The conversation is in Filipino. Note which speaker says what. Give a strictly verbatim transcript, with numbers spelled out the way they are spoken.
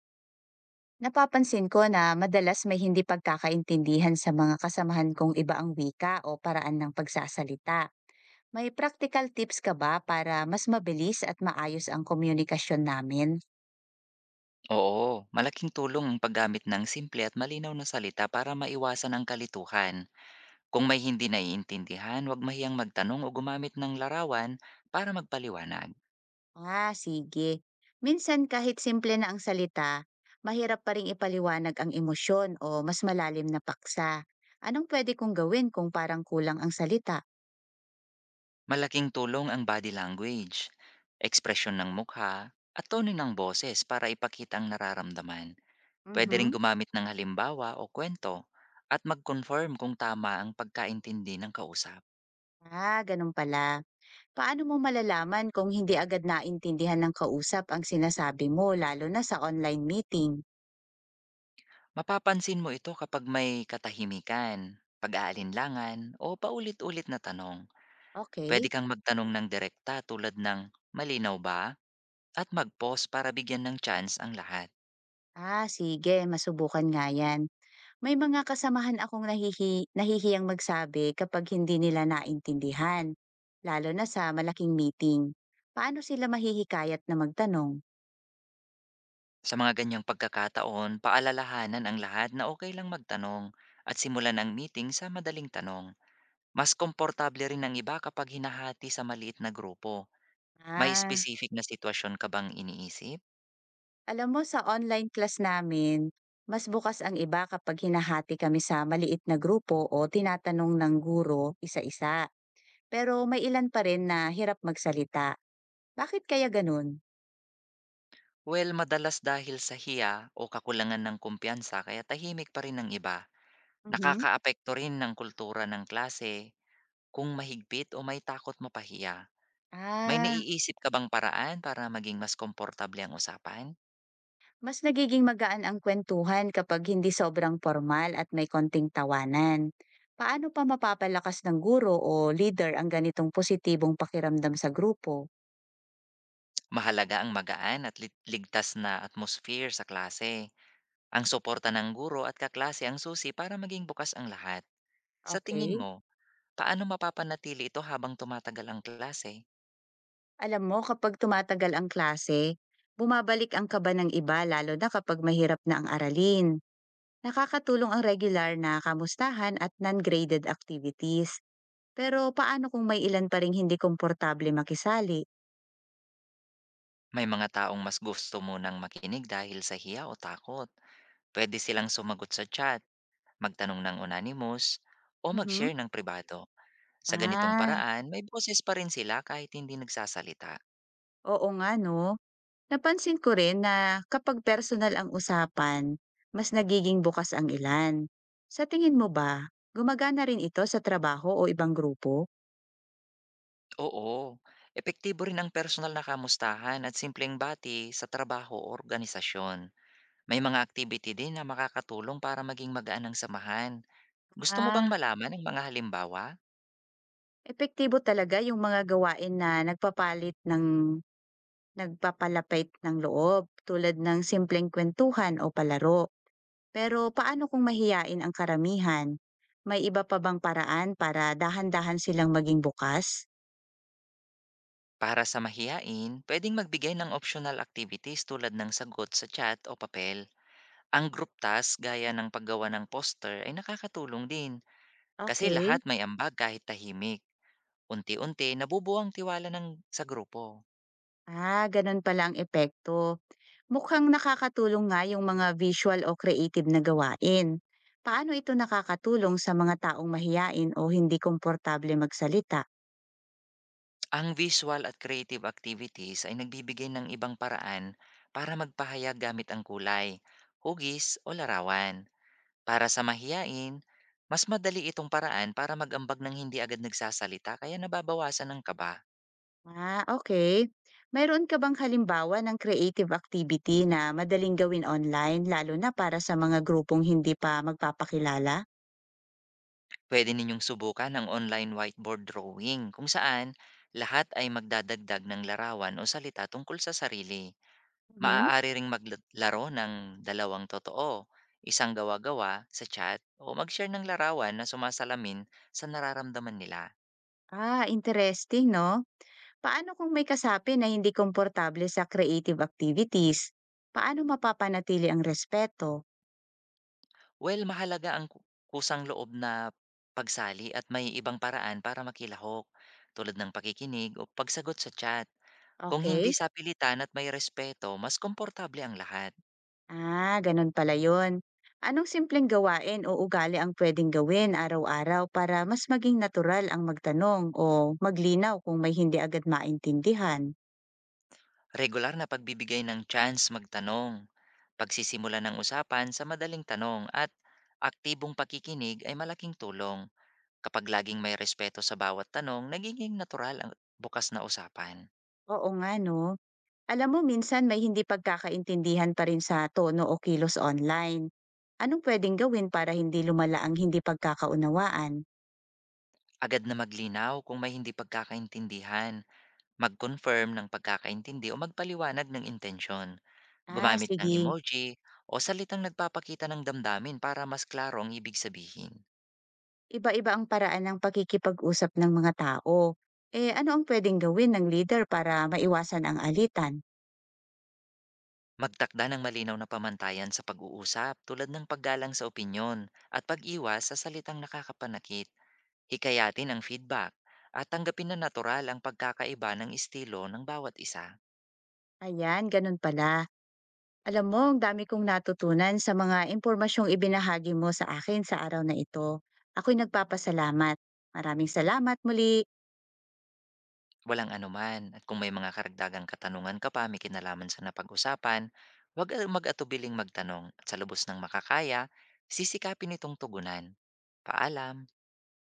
Speaker 1: Napapansin ko na madalas may hindi pagkakaintindihan sa mga kasamahan kong iba ang wika o paraan ng pagsasalita. May practical tips ka ba para mas mabilis at maayos ang komunikasyon namin?
Speaker 2: Oo, malaking tulong ang paggamit ng simple at malinaw na salita para maiwasan ang kalituhan. Kung may hindi naiintindihan, huwag mahiyang magtanong o gumamit ng larawan para magpaliwanag.
Speaker 1: Ah, sige. Minsan kahit simple na ang salita, mahirap pa rin ipaliwanag ang emosyon o mas malalim na paksa. Anong pwede kong gawin kung parang kulang ang salita?
Speaker 2: Malaking tulong ang body language, ekspresyon ng mukha, at tono ng boses para ipakita ang nararamdaman. Pwede rin
Speaker 1: Mhm.
Speaker 2: gumamit ng halimbawa o kwento at mag-confirm kung tama ang pagkaintindi ng kausap.
Speaker 1: Ah, ganun pala. Paano mo malalaman kung hindi agad naintindihan ng kausap ang sinasabi mo lalo na sa online meeting?
Speaker 2: Mapapansin mo ito kapag may katahimikan, pag-aalinlangan o paulit-ulit na tanong. Pwede
Speaker 1: Okay.
Speaker 2: kang magtanong ng direkta tulad ng malinaw ba at mag-pause para bigyan ng chance ang lahat.
Speaker 1: Ah, sige, masubukan nga 'yan. May mga kasamahan akong nahihi nahihiyang magsabi kapag hindi nila naintindihan, lalo na sa malaking meeting. Paano sila mahihikayat na magtanong?
Speaker 2: Sa mga ganyang pagkakataon, paalalahanan ang lahat na okay lang magtanong at simulan ang meeting sa madaling tanong. Mas komportable rin ang iba kapag hinahati sa maliit na grupo. May
Speaker 1: Ah,
Speaker 2: specific na sitwasyon ka bang iniisip?
Speaker 1: alam mo, sa online class namin, mas bukas ang iba kapag hinahati kami sa maliit na grupo o tinatanong ng guro isa-isa. Pero may ilan pa rin na hirap magsalita. Bakit kaya ganun?
Speaker 2: Well, madalas dahil sa hiya o kakulangan ng kumpiyansa kaya tahimik pa rin ang iba.
Speaker 1: Mhm.
Speaker 2: Nakakaapekto rin ng kultura ng klase kung mahigpit o may takot mapahiya. May
Speaker 1: Ah,
Speaker 2: naiisip ka bang paraan para maging mas komportable ang usapan?
Speaker 1: mas nagiging magaan ang kwentuhan kapag hindi sobrang formal at may konting tawanan. Paano pa mapapalakas ng guro o leader ang ganitong positibong pakiramdam sa grupo?
Speaker 2: Mahalaga ang magaan at lit- ligtas na atmosphere sa klase. Ang suporta ng guro at kaklase ang susi para maging bukas ang lahat. Sa tingin
Speaker 1: Okay.
Speaker 2: mo, paano mapapanatili ito habang tumatagal ang klase?
Speaker 1: Alam mo, kapag tumatagal ang klase, bumabalik ang kaba ng iba lalo na kapag mahirap na ang aralin. Nakakatulong ang regular na kamustahan at non-graded activities. Pero paano kung may ilan pa ring hindi komportable makisali?
Speaker 2: May mga taong mas gusto munang makinig dahil sa hiya o takot. Pwede silang sumagot sa chat, magtanong ng anonymous, o
Speaker 1: Mhm.
Speaker 2: mag-share ng pribado. Sa ganitong
Speaker 1: Ah,
Speaker 2: paraan, may boses pa rin sila kahit hindi nagsasalita.
Speaker 1: oo nga 'no. Napansin ko rin na kapag personal ang usapan, mas nagiging bukas ang ilan. Sa tingin mo ba, gumagana rin ito sa trabaho o ibang grupo?
Speaker 2: Oo, epektibo rin ang personal na kamustahan at simpleng bati sa trabaho o organisasyon. May mga activity din na makakatulong para maging magaan ang samahan. Gusto mo bang
Speaker 1: Ah,
Speaker 2: malaman ang mga halimbawa?
Speaker 1: epektibo talaga yung mga gawain na nagpapalit ng nagpapalapit ng loob tulad ng simpleng kwentuhan o palaro. Pero paano kung mahiyain ang karamihan? May iba pa bang paraan para dahan-dahan silang maging bukas?
Speaker 2: Para sa mahiyain, pwedeng magbigay ng optional activities tulad ng sagot sa chat o papel. Ang group task gaya ng paggawa ng poster ay nakakatulong din kasi
Speaker 1: Okay.
Speaker 2: lahat may ambag kahit tahimik. Unti-unti nabubuo ang tiwala ng sa grupo.
Speaker 1: Ah, ganun pala ang epekto. Mukhang nakakatulong nga yung mga visual o creative na gawain. Paano ito nakakatulong sa mga taong mahiyain o hindi komportable magsalita?
Speaker 2: Ang visual at creative activities ay nagbibigay ng ibang paraan para magpahayag gamit ang kulay, hugis o larawan. Para sa mahiyain, mas madali itong paraan para magambag ng hindi agad nagsasalita kaya nababawasan ang kaba.
Speaker 1: Ah, okay. Mayroon ka bang halimbawa ng creative activity na madaling gawin online lalo na para sa mga grupong hindi pa magpapakilala?
Speaker 2: Puwede ninyong subukan ang online whiteboard drawing kung saan lahat ay magdadagdag ng larawan o salita tungkol sa sarili.
Speaker 1: Mhm.
Speaker 2: Maaari ring maglaro ng dalawang totoo, isang gawa-gawa sa chat o mag-share ng larawan na sumasalamin sa nararamdaman nila.
Speaker 1: Ah, interesting, no? Paano kung may kasapi na hindi komportable sa creative activities? Paano mapapanatili ang respeto?
Speaker 2: Well, mahalaga ang ku- kusang loob na pagsali at may ibang paraan para makilahok tulad ng pakikinig o pagsagot sa chat. Kung hindi
Speaker 1: Okay?
Speaker 2: sapilitan at may respeto, mas komportable ang lahat.
Speaker 1: Ah, ganun pala yun. Anong simpleng gawain o ugali ang pwedeng gawin araw-araw para mas maging natural ang magtanong o maglinaw kung may hindi agad maintindihan?
Speaker 2: Regular na pagbibigay ng chance magtanong, pagsisimula ng usapan sa madaling tanong at aktibong pakikinig ay malaking tulong. Kapag laging may respeto sa bawat tanong, nagiging natural ang bukas na usapan.
Speaker 1: Oo nga, no? Alam mo, minsan may hindi pagkakaintindihan pa rin sa tono o kilos online. Anong pwedeng gawin para hindi lumala ang hindi pagkakaunawaan?
Speaker 2: Agad na maglinaw kung may hindi pagkakaintindihan, mag-confirm ng pagkakaintindi o magpaliwanag ng intensyon.
Speaker 1: Ah,
Speaker 2: Gumamit ng
Speaker 1: sige.
Speaker 2: emoji o salitang nagpapakita ng damdamin para mas klaro ang ibig sabihin.
Speaker 1: Iba-iba ang paraan ng pakikipag-usap ng mga tao. Eh, ano ang pwedeng gawin ng leader para maiwasan ang alitan?
Speaker 2: Magtakda ng malinaw na pamantayan sa pag-uusap tulad ng paggalang sa opinyon at pag-iwas sa salitang nakakapanakit. Hikayatin ang feedback at tanggapin na natural ang pagkakaiba ng estilo ng bawat isa.
Speaker 1: Ayan, ganun pala. Alam mo, ang dami kong natutunan sa mga impormasyong ibinahagi mo sa akin sa araw na ito. Ako'y nagpapasalamat. Maraming salamat muli.
Speaker 2: Walang anuman at kung may mga karagdagang katanungan ka pa may kinalaman sa napag-usapan, huwag mag-atubiling magtanong at sa lubos ng makakaya, sisikapin itong tugunan. Paalam!